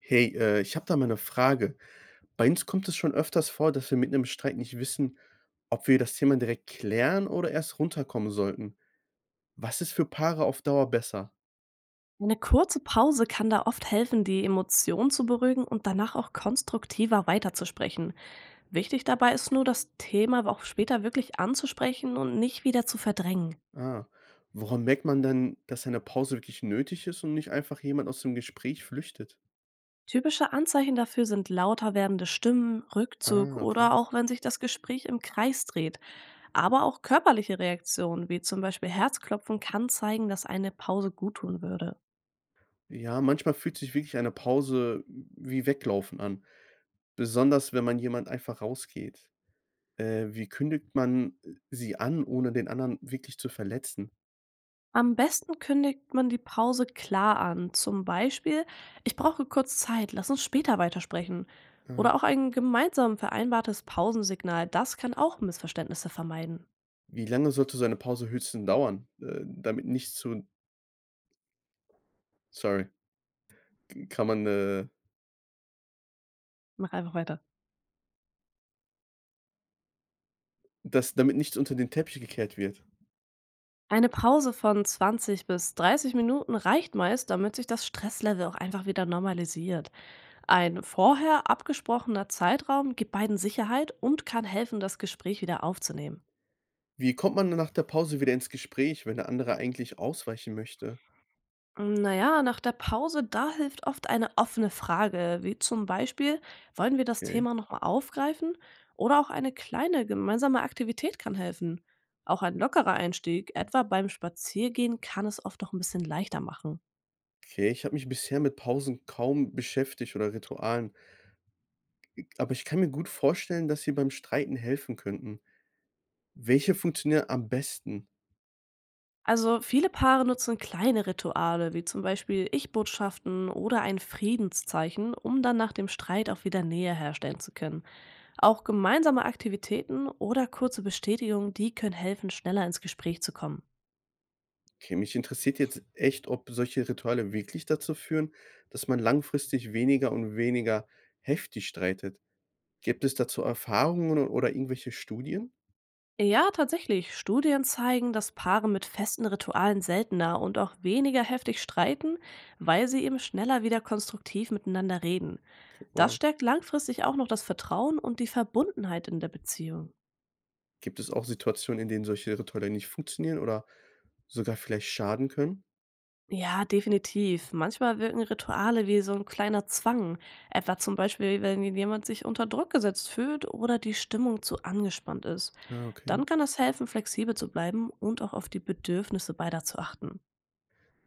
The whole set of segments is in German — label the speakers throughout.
Speaker 1: Hey, ich habe da mal 'ne Frage. Bei uns kommt es schon öfters vor, dass wir mit einem Streit nicht wissen, ob wir das Thema direkt klären oder erst runterkommen sollten. Was ist für Paare auf Dauer besser?
Speaker 2: Eine kurze Pause kann da oft helfen, die Emotionen zu beruhigen und danach auch konstruktiver weiterzusprechen. Wichtig dabei ist nur, das Thema auch später wirklich anzusprechen und nicht wieder zu verdrängen.
Speaker 1: Ah, woran merkt man dann, dass eine Pause wirklich nötig ist und nicht einfach jemand aus dem Gespräch flüchtet?
Speaker 2: Typische Anzeichen dafür sind lauter werdende Stimmen, Rückzug
Speaker 1: Ah, okay.
Speaker 2: oder auch wenn sich das Gespräch im Kreis dreht. Aber auch körperliche Reaktionen wie zum Beispiel Herzklopfen kann zeigen, dass eine Pause guttun würde.
Speaker 1: Ja, manchmal fühlt sich wirklich eine Pause wie Weglaufen an, besonders wenn man jemand einfach rausgeht. Wie kündigt man, sie an, ohne den anderen wirklich zu verletzen?
Speaker 2: Am besten kündigt man die Pause klar an. Zum Beispiel, ich brauche kurz Zeit, lass uns später weitersprechen.
Speaker 1: Ah.
Speaker 2: Oder auch ein gemeinsam vereinbartes Pausensignal, das kann auch Missverständnisse vermeiden.
Speaker 1: Wie lange sollte so eine Pause höchstens dauern, damit nichts zu sorry, kann man,
Speaker 2: Mach einfach weiter.
Speaker 1: dass damit nichts unter den Teppich gekehrt wird?
Speaker 2: Eine Pause von 20 bis 30 Minuten reicht meist, damit sich das Stresslevel auch einfach wieder normalisiert. Ein vorher abgesprochener Zeitraum gibt beiden Sicherheit und kann helfen, das Gespräch wieder aufzunehmen.
Speaker 1: Wie kommt man nach der Pause wieder ins Gespräch, wenn der andere eigentlich ausweichen möchte?
Speaker 2: Na ja, nach der Pause, da hilft oft eine offene Frage, wie zum Beispiel, wollen wir das
Speaker 1: Okay,
Speaker 2: Thema nochmal aufgreifen? Oder auch eine kleine gemeinsame Aktivität kann helfen. Auch ein lockerer Einstieg, etwa beim Spaziergehen, kann es oft noch ein bisschen leichter machen.
Speaker 1: okay, ich habe mich bisher mit Pausen kaum beschäftigt oder Ritualen, aber ich kann mir gut vorstellen, dass sie beim Streiten helfen könnten. Welche funktionieren am besten?
Speaker 2: Also viele Paare nutzen kleine Rituale, wie zum Beispiel Ich-Botschaften oder ein Friedenszeichen, um dann nach dem Streit auch wieder Nähe herstellen zu können. Auch gemeinsame Aktivitäten oder kurze Bestätigungen, die können helfen, schneller ins Gespräch zu kommen.
Speaker 1: Okay, mich interessiert jetzt echt, ob solche Rituale wirklich dazu führen, dass man langfristig weniger und weniger heftig streitet. Gibt es dazu Erfahrungen oder irgendwelche Studien?
Speaker 2: Ja, tatsächlich. Studien zeigen, dass Paare mit festen Ritualen seltener und auch weniger heftig streiten, weil sie eben schneller wieder konstruktiv miteinander reden. Das
Speaker 1: Wow.
Speaker 2: stärkt langfristig auch noch das Vertrauen und die Verbundenheit in der Beziehung.
Speaker 1: Gibt es auch Situationen, in denen solche Rituale nicht funktionieren oder sogar vielleicht schaden können?
Speaker 2: Ja, definitiv. Manchmal wirken Rituale wie so ein kleiner Zwang. Etwa zum Beispiel, wenn jemand sich unter Druck gesetzt fühlt oder die Stimmung zu angespannt ist.
Speaker 1: Ah,
Speaker 2: Dann
Speaker 1: okay.
Speaker 2: kann es helfen, flexibel zu bleiben und auch auf die Bedürfnisse beider zu achten.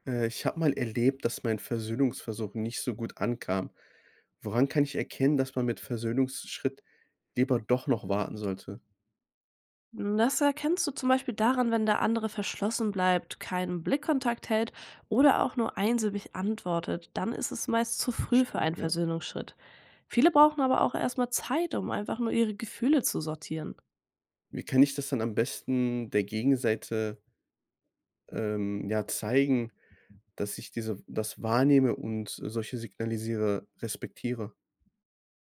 Speaker 1: Ich habe mal erlebt, dass mein Versöhnungsversuch nicht so gut ankam. Woran kann ich erkennen, dass man mit Versöhnungsschritt lieber doch noch warten sollte?
Speaker 2: Das erkennst du zum Beispiel daran, wenn der andere verschlossen bleibt, keinen Blickkontakt hält oder auch nur einsilbig antwortet. Dann ist es meist zu früh für
Speaker 1: Stimmt,
Speaker 2: einen
Speaker 1: ja.
Speaker 2: Versöhnungsschritt. Viele brauchen aber auch erstmal Zeit, um einfach nur ihre Gefühle zu sortieren.
Speaker 1: Wie kann ich das dann am besten der Gegenseite, ja, zeigen, dass ich diese das wahrnehme und solche signalisiere, respektiere?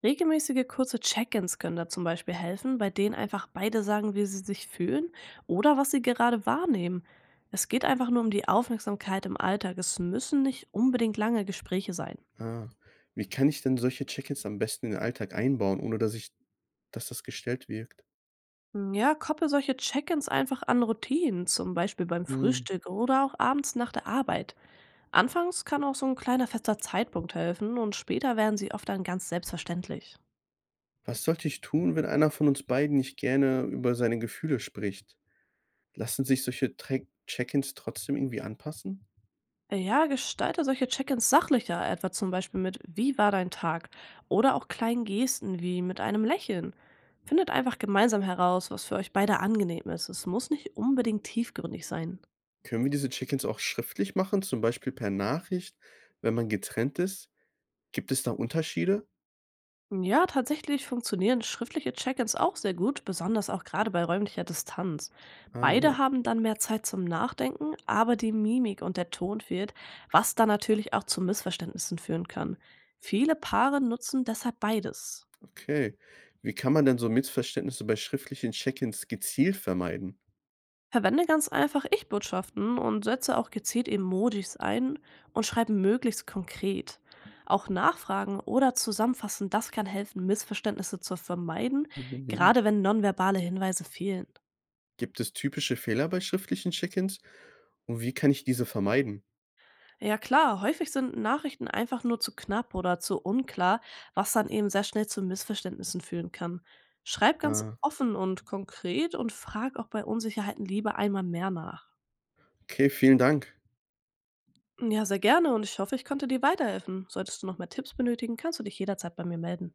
Speaker 2: Regelmäßige kurze Check-ins können da zum Beispiel helfen, bei denen einfach beide sagen, wie sie sich fühlen oder was sie gerade wahrnehmen. Es geht einfach nur um die Aufmerksamkeit im Alltag. Es müssen nicht unbedingt lange Gespräche sein.
Speaker 1: Ah. Wie kann ich denn solche Check-ins am besten in den Alltag einbauen, ohne dass das gestellt wirkt?
Speaker 2: Hm, ja, kopple solche Check-ins einfach an Routinen, zum Beispiel beim
Speaker 1: Hm.
Speaker 2: Frühstück oder auch abends nach der Arbeit. Anfangs kann auch so ein kleiner fester Zeitpunkt helfen und später werden sie oft dann ganz selbstverständlich.
Speaker 1: Was sollte ich tun, wenn einer von uns beiden nicht gerne über seine Gefühle spricht? Lassen sich solche Tre Check-ins trotzdem irgendwie anpassen?
Speaker 2: Ja, gestalte solche Check-ins sachlicher, etwa zum Beispiel mit: Wie war dein Tag? Oder auch kleinen Gesten wie mit einem Lächeln. Findet einfach gemeinsam heraus, was für euch beide angenehm ist. Es muss nicht unbedingt tiefgründig sein.
Speaker 1: Können wir diese Check-ins auch schriftlich machen, zum Beispiel per Nachricht, wenn man getrennt ist? Gibt es da Unterschiede?
Speaker 2: Ja, tatsächlich funktionieren schriftliche Check-ins auch sehr gut, besonders auch gerade bei räumlicher Distanz.
Speaker 1: Ah ja,
Speaker 2: Beide haben dann mehr Zeit zum Nachdenken, aber die Mimik und der Ton fehlt, was dann natürlich auch zu Missverständnissen führen kann. Viele Paare nutzen deshalb beides.
Speaker 1: okay. Wie kann man denn so Missverständnisse bei schriftlichen Check-ins gezielt vermeiden?
Speaker 2: Verwende ganz einfach Ich-Botschaften und setze auch gezielt Emojis ein und schreibe möglichst konkret. Auch Nachfragen oder Zusammenfassen, das kann helfen, Missverständnisse zu vermeiden, gerade wenn nonverbale Hinweise fehlen.
Speaker 1: Gibt es typische Fehler bei schriftlichen Check-ins und wie kann ich diese vermeiden?
Speaker 2: Ja klar, häufig sind Nachrichten einfach nur zu knapp oder zu unklar, was dann eben sehr schnell zu Missverständnissen führen kann. Schreib ganz
Speaker 1: Äh,
Speaker 2: offen und konkret und frag auch bei Unsicherheiten lieber einmal mehr nach.
Speaker 1: okay, vielen Dank.
Speaker 2: Ja, sehr gerne und ich hoffe, ich konnte dir weiterhelfen. Solltest du noch mehr Tipps benötigen, kannst du dich jederzeit bei mir melden.